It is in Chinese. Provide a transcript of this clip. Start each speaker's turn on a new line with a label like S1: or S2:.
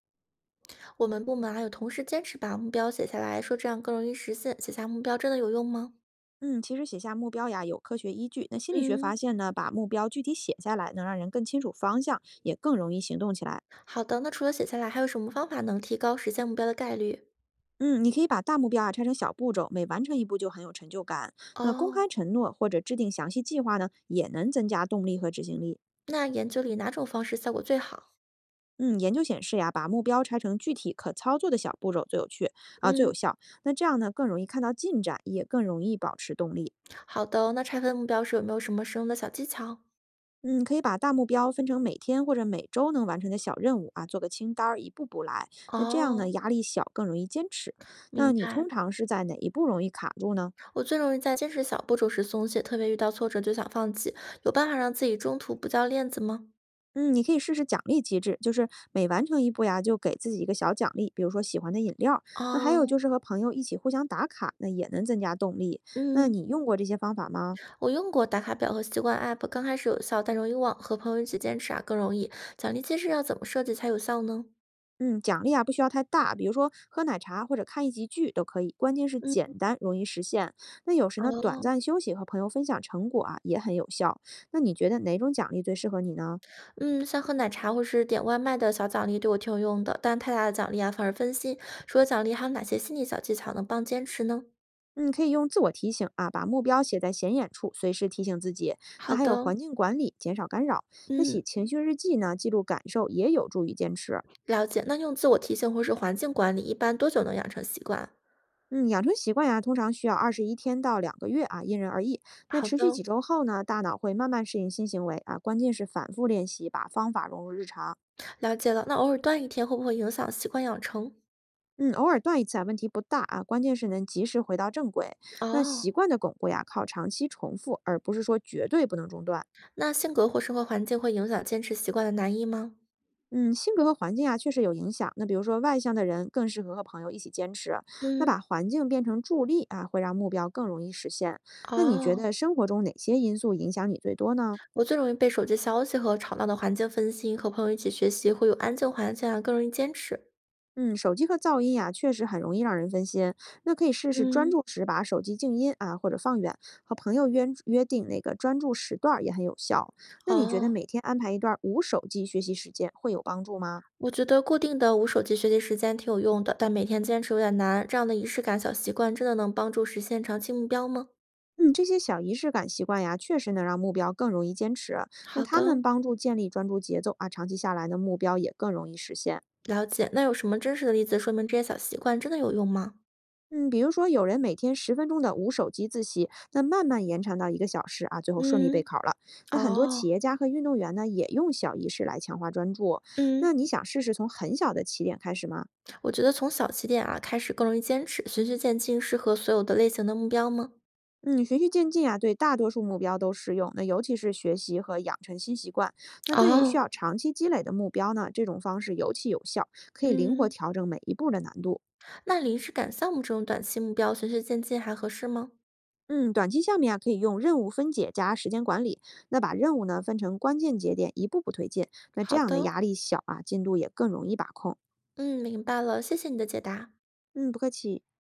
S1: 我们部门啊有同事坚持把目标写下来，说这样更容易实现。写下目标真的有用吗？
S2: 嗯，其实写下目标呀有科学依据。那心理学发
S1: 嗯，
S2: 现呢，把目标具体写下来，能让人更清楚方向，也更容易行动起来。
S1: 好的。那除了写下来，还有什么方法能提高实现目标的概率？
S2: 嗯，你可以把大目标啊拆成小步骤，每完成一步就很有成就感。那公开
S1: 哦，
S2: 承诺或者制定详细计划呢，也能增加动力和执行力。
S1: 那研究里哪种方式效果最好？
S2: 嗯，研究显示呀，把目标拆成具体可操作的小步骤最有趣啊，最有
S1: 嗯，
S2: 效。那这样呢，更容易看到进展，也更容易保持动力。
S1: 好的。那拆分目标时有没有什么实用的小技巧？
S2: 嗯，可以把大目标分成每天或者每周能完成的小任务啊，做个清单儿，一步步来。那这样呢，
S1: 哦，
S2: 压力小，更容易坚持。那
S1: 明
S2: 你通
S1: 白。
S2: 常是在哪一步容易卡住呢？
S1: 我最容易在坚持小步骤时松懈，特别遇到挫折就想放弃。有办法让自己中途不掉链子吗？
S2: 嗯，你可以试试奖励机制，就是每完成一步呀，就给自己一个小奖励，比如说喜欢的饮料。那还有
S1: 哦，
S2: 就是和朋友一起互相打卡，那也能增加动力。那
S1: 嗯，
S2: 你用过这些方法吗？
S1: 我用过打卡表和习惯 App，刚开始有效，但容易忘，和朋友一起坚持啊更容易。奖励机制要怎么设计才有效呢？
S2: 嗯，奖励啊不需要太大，比如说喝奶茶或者看一集剧都可以，关键是
S1: 嗯，
S2: 简单容易实现。那有时呢，短
S1: 哦，
S2: 暂休息和朋友分享成果啊也很有效。那你觉得哪种奖励最适合你呢？
S1: 嗯，像喝奶茶或是点外卖的小奖励对我挺有用的，但太大的奖励啊反而分心。除了奖励，还有哪些心理小技巧能帮坚持呢？
S2: 嗯，可以用自我提醒啊，把目标写在显眼处，随时提醒自己。那
S1: 好
S2: 还有
S1: 的，
S2: 环境管理，减少干扰。那写
S1: 嗯，
S2: 情绪日记呢，记录感受也有助于坚持。
S1: 了解。那用自我提醒或是环境管理，一般多久能养成习惯啊
S2: 嗯，养成习惯呀，通常需要21天到2个月啊，因人而异。那
S1: 好
S2: 持续
S1: 的，
S2: 几周后呢，大脑会慢慢适应新行为啊，关键是反复练习，把方法融入日常。
S1: 了解了。那偶尔断一天会不会影响习惯养成？
S2: 嗯，偶尔断一次啊，问题不大啊，关键是能及时回到正轨。那
S1: 哦，
S2: 习惯的巩固呀，靠长期重复，而不是说绝对不能中断。
S1: 那性格或生活环境会影响坚持习惯的难易吗？
S2: 嗯，性格和环境啊，确实有影响。那比如说外向的人更适合和朋友一起坚持，那
S1: 嗯。
S2: 把环境变成助力啊，会让目标更容易实现。那你觉
S1: 哦，
S2: 得生活中哪些因素影响你最多呢？
S1: 我最容易被手机消息和吵闹的环境分心，和朋友一起学习会有安静环境啊，更容易坚持。
S2: 嗯，手机和噪音呀、确实很容易让人分心。那可以试试专
S1: 嗯，
S2: 注时把手机静音啊，或者放远。和朋友约定那个专注时段儿也很有效。那你觉得
S1: 哦，
S2: 每天安排一段儿无手机学习时间会有帮助吗？
S1: 我觉得固定的无手机学习时间挺有用的，但每天坚持有点难。这样的仪式感小习惯真的能帮助实现长期目标吗？
S2: 嗯，这些小仪式感习惯呀，确实能让目标更容易坚持。那
S1: 好
S2: 他
S1: 的，
S2: 们帮助建立专注节奏啊，长期下来呢，目标也更容易实现。
S1: 了解。那有什么真实的例子说明这些小习惯真的有用吗？
S2: 嗯，比如说有人每天10分钟的无手机自习，那慢慢延长到1个小时啊，最后顺利备
S1: 嗯，
S2: 考了。那很多
S1: 哦，
S2: 企业家和运动员呢，也用小仪式来强化专注。那
S1: 嗯，
S2: 你想试试从很小的起点开始吗？
S1: 我觉得从小起点啊开始更容易坚持，循序渐进，适合所有的类型的目标吗？
S2: 嗯，循序渐进啊，对大多数目标都适用。那尤其是学习和养成新习惯，那对于需
S1: 哦，
S2: 要长期积累的目标呢，这种方式尤其有效，可以灵活
S1: 嗯。
S2: 调整每一步的难度。
S1: 那临时赶项目这种短期目标，循序渐进还合适吗？
S2: 嗯，短期项目啊可以用任务分解加时间管理，那把任务呢分成关键节点，一步步推进，那这
S1: 好
S2: 样
S1: 的
S2: 的
S1: 哦，
S2: 压力小啊，进度也更容易把控。
S1: 嗯，明白了，谢谢你的解答。
S2: 嗯，不客气。